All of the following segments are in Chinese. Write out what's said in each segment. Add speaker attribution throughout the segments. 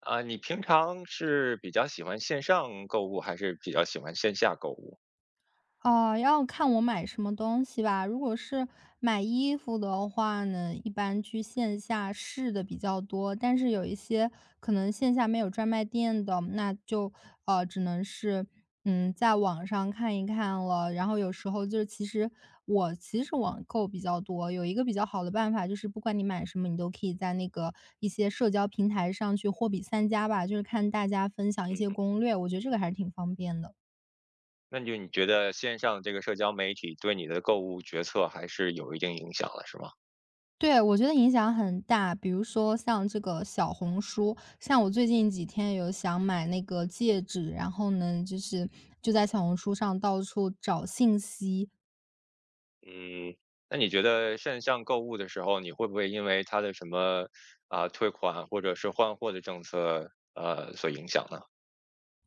Speaker 1: 啊，你平常是比较喜欢线上购物，还是比较喜欢线下购物？
Speaker 2: 哦，要看我买什么东西吧。如果是买衣服的话呢，一般去线下试的比较多，但是有一些可能线下没有专卖店的，那就只能是在网上看一看了。然后有时候就是其实我其实网购比较多，有一个比较好的办法就是不管你买什么，你都可以在一些社交平台上去货比三家吧，就是看大家分享一
Speaker 1: 嗯，
Speaker 2: 些攻略，我觉得这个还是挺方便的。
Speaker 1: 那就你觉得线上这个社交媒体对你的购物决策还是有一定影响了，是吗？
Speaker 2: 对，我觉得影响很大。比如说像这个小红书，像我最近几天有想买那个戒指，然后呢，就在小红书上到处找信息。
Speaker 1: 嗯，那你觉得线上购物的时候，你会不会因为它的什么啊、退款或者是换货的政策所影响呢？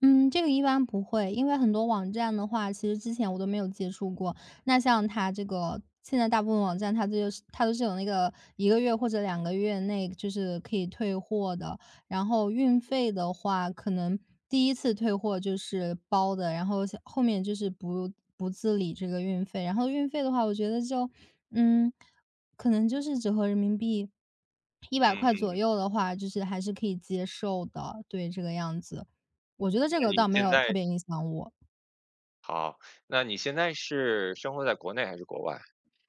Speaker 2: 嗯，这个一般不会，因为很多网站的话，其实之前我都没有接触过。那像它这个，现在大部分网站它都是有1个月或者2个月内就是可以退货的。然后运费的话，可能第一次退货就是包的，然后像后面就是不自理这个运费。然后运费的话，我觉得就，嗯，可能就是折合人民币一百
Speaker 1: 嗯，
Speaker 2: 块左右的话，就是还是可以接受的。对，这个样子。我觉得
Speaker 1: 那
Speaker 2: 这个
Speaker 1: 你
Speaker 2: 倒没
Speaker 1: 现
Speaker 2: 有特
Speaker 1: 在
Speaker 2: 别影响我。
Speaker 1: 好，那你现在是生活在国内还是国外？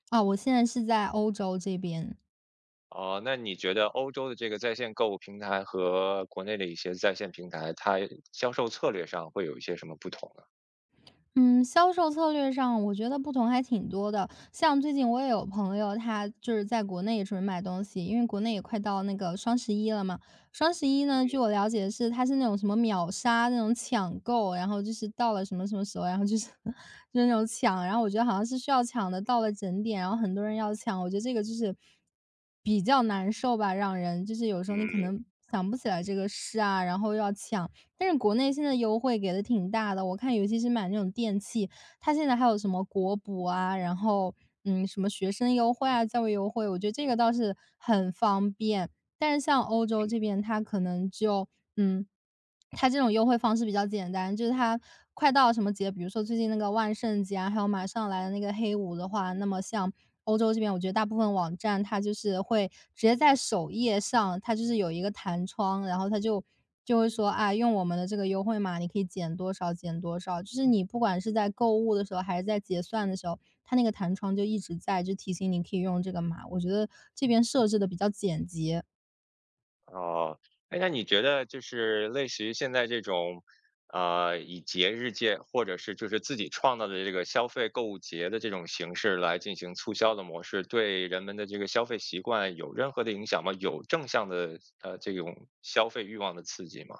Speaker 2: 啊，我现在是在欧洲这边。
Speaker 1: 哦，那你觉得欧洲的这个在线购物平台和国内的一些在线平台，它销售策略上会有一些什么不同呢？
Speaker 2: 嗯，销售策略上，我觉得不同还挺多的。像最近我也有朋友，他就是在国内也准备买东西，因为国内也快到那个双十一了嘛。双十一呢，据我了解是它是那种什么秒杀那种抢购，然后就是到了什么什么时候，然后就是 就是那种抢，然后我觉得好像是需要抢的，到了整点，然后很多人要抢，我觉得这个就是比较难受吧，让人就是有时候你可
Speaker 1: 嗯。
Speaker 2: 能想不起来这个事啊，然后又要抢。但是国内现在优惠给的挺大的，我看尤其是买那种电器，它现在还有什么国补啊，然后什么学生优惠啊，教育优惠，我觉得这个倒是很方便。但是像欧洲这边，它可能就嗯，它这种优惠方式比较简单，就是它快到什么节，比如说最近那个万圣节啊，还有马上来的那个黑五的话，那么像欧洲这边，我觉得大部分网站它就是会直接在首页上，它就是有一个弹窗，然后它就会说啊，用我们的这个优惠码，你可以减多少减多少。就是你不管是在购物的时候，还是在结算的时候，它那个弹窗就一直在，就提醒你可以用这个码。我觉得这边设置的比较简洁。
Speaker 1: 哦，哎，那你觉得就是类似于现在这种，以节日界或者是就是自己创造的这个消费购物节的这种形式来进行促销的模式，对人们的这个消费习惯有任何的影响吗？有正向的，这种消费欲望的刺激吗？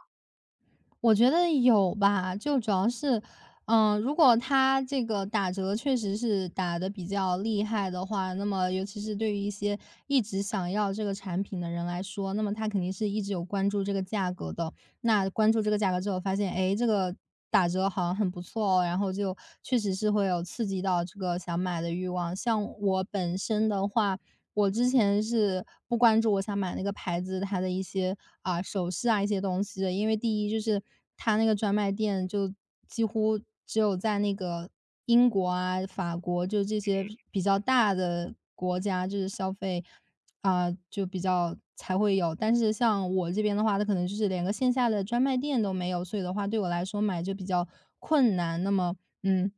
Speaker 2: 我觉得有吧，就主要是，如果它这个打折确实是打的比较厉害的话，那么尤其是对于一些一直想要这个产品的人来说，那么他肯定是一直有关注这个价格的。那关注这个价格之后发现，诶，这个打折好像很不错哦，然后就确实是会有刺激到这个想买的欲望。像我本身的话，我之前是不关注我想买那个牌子它的一些，啊，首饰啊一些东西的。因为第一就是它那个专卖店就几乎只有在那个英国啊、法国，就这些比较大的国家，就是消费，啊，就比较才会有。但是像我这边的话，它可能就是连个线下的专卖店都没有，所以的话对我来说买就比较困难。那么，嗯，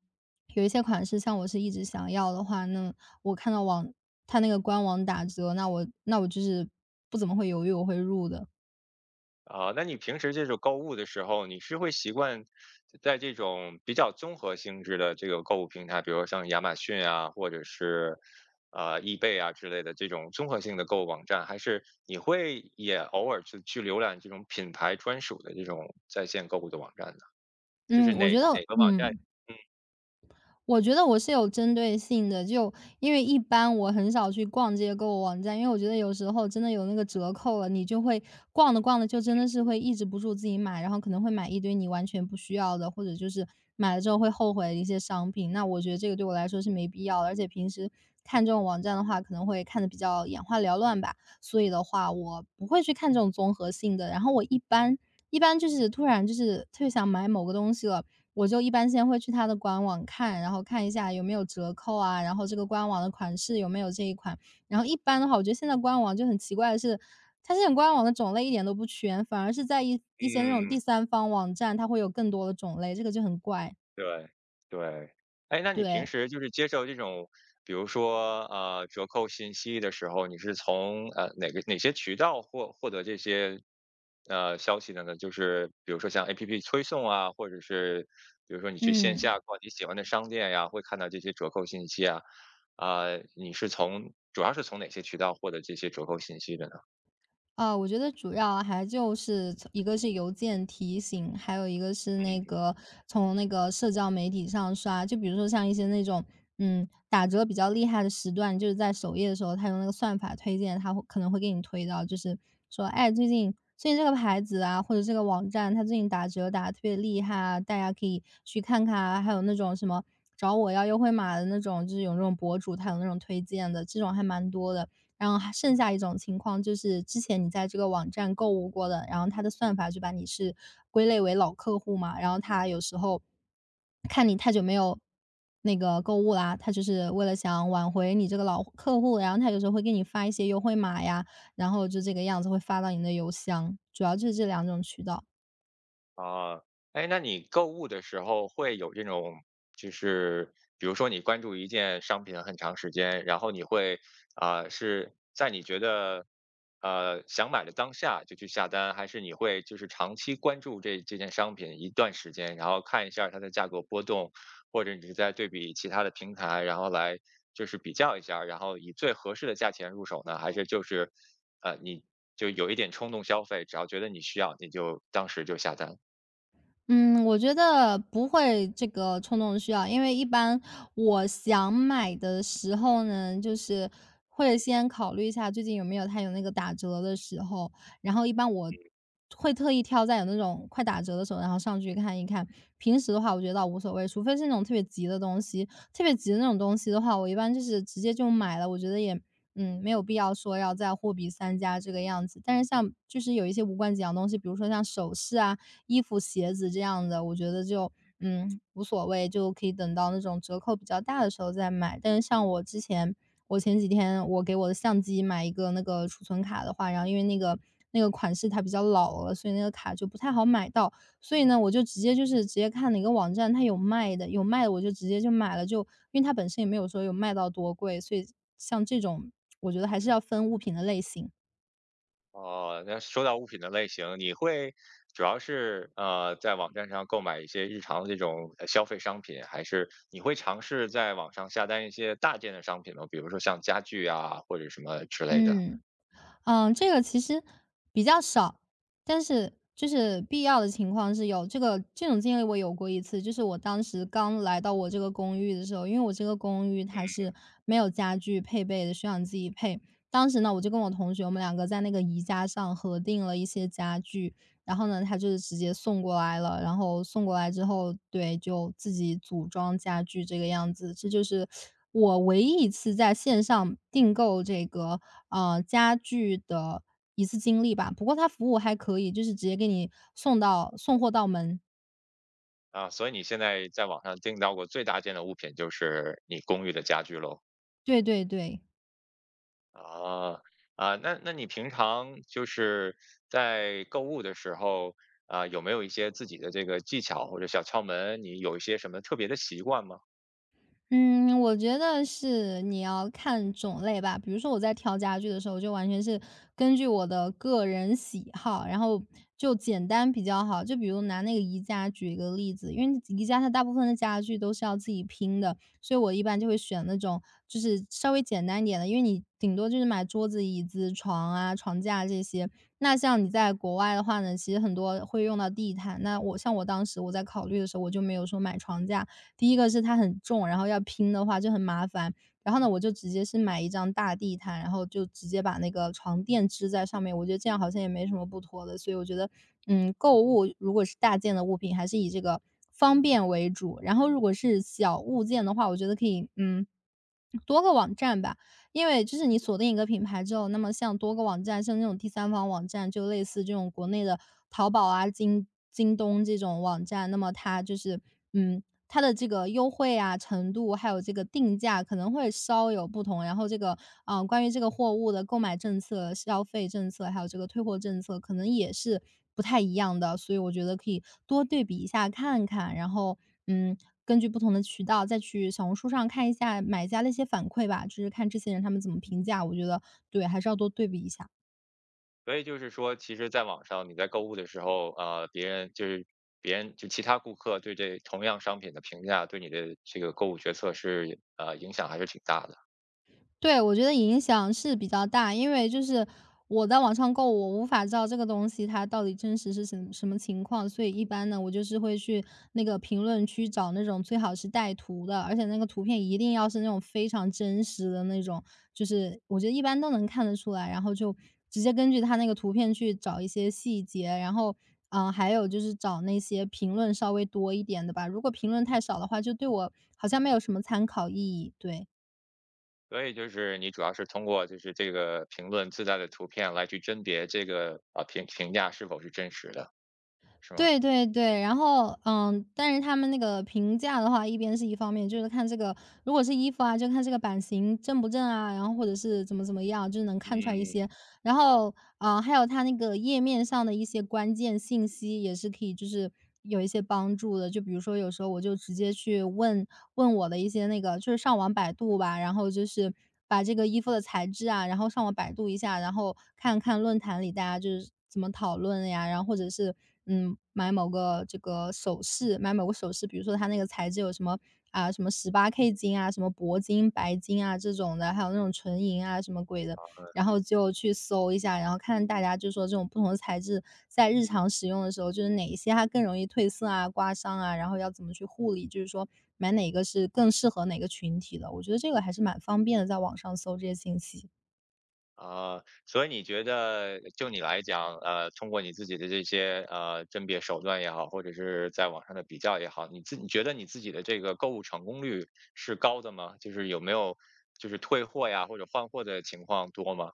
Speaker 2: 有一些款式像我是一直想要的话，那我看到它那个官网打折，那我就是不怎么会犹豫，我会入的。
Speaker 1: 啊，那你平时这种购物的时候，你是会习惯在这种比较综合性质的这个购物平台，比如像亚马逊啊，或者是易贝啊之类的这种综合性的购物网站，还是你会也偶尔去浏览这种品牌专属的这种在线购物的网站呢？就是
Speaker 2: 嗯，我觉得
Speaker 1: 哪个网站？嗯
Speaker 2: 我是有针对性的。就因为一般我很少去逛这些购物网站，因为我觉得有时候真的有那个折扣了，你就会逛着逛着就真的是会抑制不住自己买，然后可能会买一堆你完全不需要的，或者就是买了之后会后悔的一些商品。那我觉得这个对我来说是没必要的。而且平时看这种网站的话，可能会看的比较眼花缭乱吧，所以的话我不会去看这种综合性的。然后我一般就是突然就是特别想买某个东西了，我就一般先会去它的官网看，然后看一下有没有折扣啊，然后这个官网的款式有没有这一款。然后一般的话，我觉得现在官网就很奇怪的是，它现在官网的种类一点都不全，反而是在一些那种
Speaker 1: 嗯，
Speaker 2: 第三方网站，它会有更多的种类，这个就很怪。
Speaker 1: 对，对。哎，那你平
Speaker 2: 对，
Speaker 1: 时就是接受这种，比如说，折扣信息的时候，你是从，哪个哪些渠道获得这些，消息的呢？就是比如说像 APP 推送啊，或者是比如说你去线
Speaker 2: 嗯。
Speaker 1: 下逛你喜欢的商店呀，会看到这些折扣信息啊。啊，你是从主要是从哪些渠道获得这些折扣信息的呢？
Speaker 2: 我觉得主要还就是从一个是邮件提醒，还有一个是
Speaker 1: 嗯。
Speaker 2: 从那个社交媒体上刷。就比如说像一些那种，打折比较厉害的时段，就是在首页的时候，他用那个算法推荐，他会可能会给你推到，就是说，哎，最近这个牌子啊，或者这个网站，它最近打折打的特别厉害啊，大家可以去看看啊。还有那种什么找我要优惠码的那种，就是有那种博主，他有那种推荐的，这种还蛮多的。然后还剩下一种情况就是之前你在这个网站购物过的，然后它的算法就把你是归类为老客户嘛，然后它有时候看你太久没有那个购物啦，它就是为了想挽回你这个老客户，然后它有时候会给你发一些优惠码呀，然后就这个样子会发到你的邮箱，主要就是这两种渠道。
Speaker 1: 啊，哎，那你购物的时候会有这种，就是比如说你关注一件商品很长时间，然后你会啊、是在你觉得想买的当下就去下单，还是你会就是长期关注这件商品一段时间，然后看一下它的价格波动，或者你是在对比其他的平台，然后来就是比较一下，然后以最合适的价钱入手呢？还是就是你就有一点冲动消费，只要觉得你需要，你就当时就下单？
Speaker 2: 嗯，我觉得不会这个冲动需要，因为一般我想买的时候呢，就是会先考虑一下最近有没有它有那个打折的时候，然后一般我会特意挑在有那种快打折的时候，然后上去看一看。平时的话，我觉得倒无所谓，除非是那种特别急的东西，特别急的那种东西的话，我一般就是直接就买了，我觉得也没有必要说要再货比三家这个样子。但是像就是有一些无关紧要的东西，比如说像首饰啊、衣服、鞋子这样的，我觉得就无所谓，就可以等到那种折扣比较大的时候再买。但是像我之前，我前几天我给我的相机买一个储存卡的话，然后因为那个款式它比较老了，所以那个卡就不太好买到。所以呢，我就直接就是直接看哪个网站它有卖的，有卖的我就直接就买了，就因为它本身也没有说有卖到多贵，所以像这种我觉得还是要分物品的类型。
Speaker 1: 哦，那说到物品的类型，你会主要是在网站上购买一些日常的这种消费商品，还是你会尝试在网上下单一些大件的商品呢？比如说像家具啊或者什么之类的
Speaker 2: 嗯，嗯，这个其实比较少，但是就是必要的情况是有。这个这种经历我有过一次，就是我当时刚来到我这个公寓的时候，因为我这个公寓它是没有家具配备的，需要你自己配。当时呢，我就跟我同学，我们两个在那个宜家上核定了一些家具，然后呢，他就是直接送过来了，然后送过来之后，对，就自己组装家具这个样子。这就是我唯一一次在线上订购这个，家具的一次经历吧，不过他服务还可以，就是直接给你送到送货到门。
Speaker 1: 啊？所以你现在在网上订到过最大件的物品就是你公寓的家具喽？
Speaker 2: 对对对。
Speaker 1: 啊啊，那你平常就是在购物的时候啊，有没有一些自己的这个技巧或者小窍门？你有一些什么特别的习惯吗？
Speaker 2: 嗯，我觉得是你要看种类吧。比如说我在挑家具的时候，就完全是根据我的个人喜好，然后就简单比较好。就比如拿那个宜家举一个例子，因为宜家它大部分的家具都是要自己拼的，所以我一般就会选那种就是稍微简单一点的，因为你顶多就是买桌子、椅子、床啊、床架这些。那像你在国外的话呢，其实很多会用到地毯。那我像我当时我在考虑的时候，我就没有说买床架，第一个是它很重，然后要拼的话就很麻烦。然后呢，我就直接是买一张大地毯，然后就直接把那个床垫支在上面，我觉得这样好像也没什么不妥的。所以我觉得，嗯，购物如果是大件的物品，还是以这个方便为主。然后如果是小物件的话，我觉得可以，嗯，多个网站吧。因为就是你锁定一个品牌之后，那么像多个网站，像这种第三方网站，就类似这种国内的淘宝啊、京东这种网站，那么它就是嗯，它的这个优惠啊程度，还有这个定价可能会稍有不同。然后这个关于这个货物的购买政策、消费政策，还有这个退货政策，可能也是不太一样的。所以我觉得可以多对比一下看看，然后嗯，根据不同的渠道再去小红书上看一下买家的一些反馈吧，就是看这些人他们怎么评价，我觉得对，还是要多对比一下。
Speaker 1: 所以就是说，其实在网上你在购物的时候，别人就其他顾客对这同样商品的评价，对你的这个购物决策是影响还是挺大的。
Speaker 2: 对，我觉得影响是比较大，因为就是我在网上购物，我无法知道这个东西它到底真实是什么情况，所以一般呢，我就是会去那个评论区找那种最好是带图的，而且那个图片一定要是那种非常真实的那种，就是我觉得一般都能看得出来，然后就直接根据它那个图片去找一些细节，然后。嗯，还有就是找那些评论稍微多一点的吧。如果评论太少的话，就对我好像没有什么参考意义。对，
Speaker 1: 所以就是你主要是通过就是这个评论自带的图片来去甄别这个啊、评价是否是真实的，是吗？
Speaker 2: 对对对，然后，嗯，但是他们那个评价的话，一边是一方面，就是看这个，如果是衣服啊，就看这个版型正不正啊，然后或者是怎么怎么样，就是能看出来一
Speaker 1: 嗯，
Speaker 2: 些然后，啊，还有它那个页面上的一些关键信息也是可以就是有一些帮助的。就比如说有时候我就直接去问我的一些那个就是上网百度吧，然后就是把这个衣服的材质啊，然后上网百度一下，然后看看论坛里大家就是怎么讨论呀，然后或者是，嗯，买某个这个首饰，买某个首饰，比如说它那个材质有什么啊，什么18K金啊，什么铂金、白金啊这种的，还有那种纯银啊什么鬼的，然后就去搜一下，然后看大家就说这种不同的材质在日常使用的时候，就是哪一些它更容易褪色啊、刮伤啊，然后要怎么去护理，就是说买哪个是更适合哪个群体的。我觉得这个还是蛮方便的，在网上搜这些信息。
Speaker 1: 啊，所以你觉得就你来讲，通过你自己的这些甄别手段也好，或者是在网上的比较也好，你觉得你自己的这个购物成功率是高的吗？就是有没有就是退货呀或者换货的情况多吗？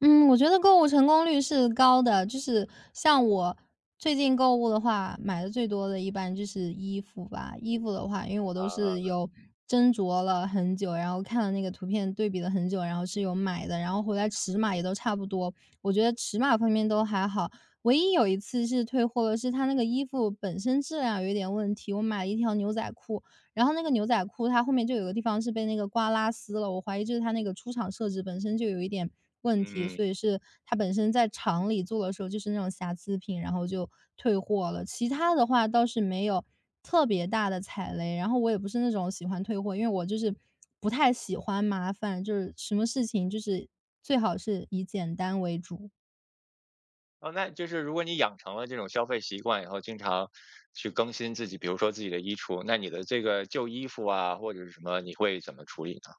Speaker 2: 嗯，我觉得购物成功率是高的，就是像我最近购物的话，买的最多的一般就是衣服吧。衣服的话，因为我都是
Speaker 1: 啊，
Speaker 2: 有斟酌了很久，然后看了那个图片对比了很久，然后是有买的，然后回来尺码也都差不多。我觉得尺码方面都还好，唯一有一次是退货了，是它那个衣服本身质量有一点问题。我买了一条牛仔裤，然后那个牛仔裤它后面就有个地方是被那个刮拉丝了，我怀疑就是它那个出厂设置本身就有一点问题，
Speaker 1: 嗯，
Speaker 2: 所以是它本身在厂里做的时候就是那种瑕疵品，然后就退货了。其他的话倒是没有特别大的踩雷，然后我也不是那种喜欢退货，因为我就是不太喜欢麻烦，就是什么事情就是最好是以简单为主。
Speaker 1: 哦，那就是如果你养成了这种消费习惯以后，经常去更新自己，比如说自己的衣橱，那你的这个旧衣服啊或者是什么，你会怎么处理呢？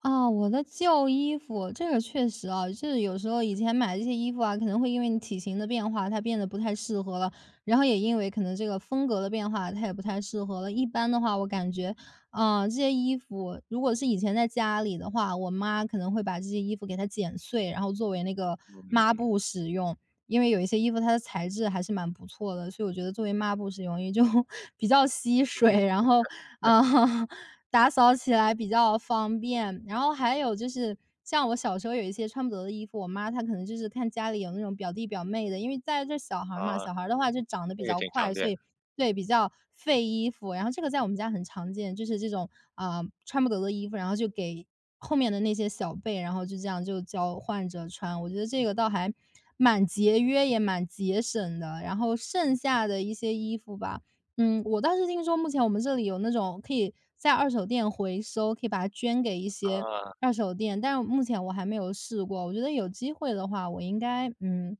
Speaker 2: 啊，我的旧衣服，这个确实啊，就是有时候以前买这些衣服啊，可能会因为你体型的变化，它变得不太适合了，然后也因为可能这个风格的变化，它也不太适合了。一般的话，我感觉，啊、这些衣服如果是以前在家里的话，我妈可能会把这些衣服给它剪碎，然后作为那个
Speaker 1: 嗯，
Speaker 2: 抹布使用。因为有一些衣服它的材质还是蛮不错的，所以我觉得作为抹布使用，因为就 比较吸水，然后啊，打扫起来比较方便。然后还有就是，像我小时候有一些穿不得的衣服，我妈她可能就是看家里有那种表弟表妹的，因为在这小孩儿嘛，
Speaker 1: 啊，
Speaker 2: 小孩儿的话就长得比
Speaker 1: 这个
Speaker 2: 较
Speaker 1: 挺常
Speaker 2: 快，
Speaker 1: 见
Speaker 2: 所
Speaker 1: 啊。
Speaker 2: 以对，比较费衣服。然后这个在我们家很常见，就是这种啊、穿不得的衣服，然后就给后面的那些小辈，然后就这样就交换着穿。我觉得这个倒还蛮节约，也蛮节省的。然后剩下的一些衣服吧，嗯，我倒是听说目前我们这里有那种可以在二手店回收，可以把它捐给一些
Speaker 1: 呃
Speaker 2: 二手店，但是目前我还没有试过。我觉得有机会的话，我应该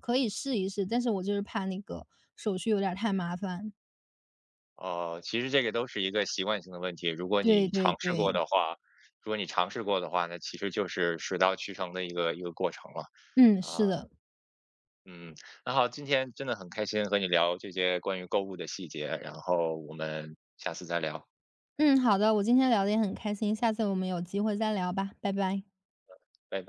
Speaker 2: 可以试一试，但是我就是怕那个手续有点儿太麻烦。
Speaker 1: 哦，其实这个都是一个习惯性的问题。如果
Speaker 2: 对
Speaker 1: 你
Speaker 2: 对
Speaker 1: 尝试过
Speaker 2: 对，
Speaker 1: 的话，如果你尝试过的话，那其实就是水到渠成的一个过程了。
Speaker 2: 嗯，
Speaker 1: 啊，
Speaker 2: 是的，
Speaker 1: 嗯，那好，今天真的很开心和你聊这些关于购物的细节，然后我们下次再聊，
Speaker 2: 嗯，好的，我今天聊的也很开心，下次我们有机会再聊吧，拜拜。
Speaker 1: 拜拜。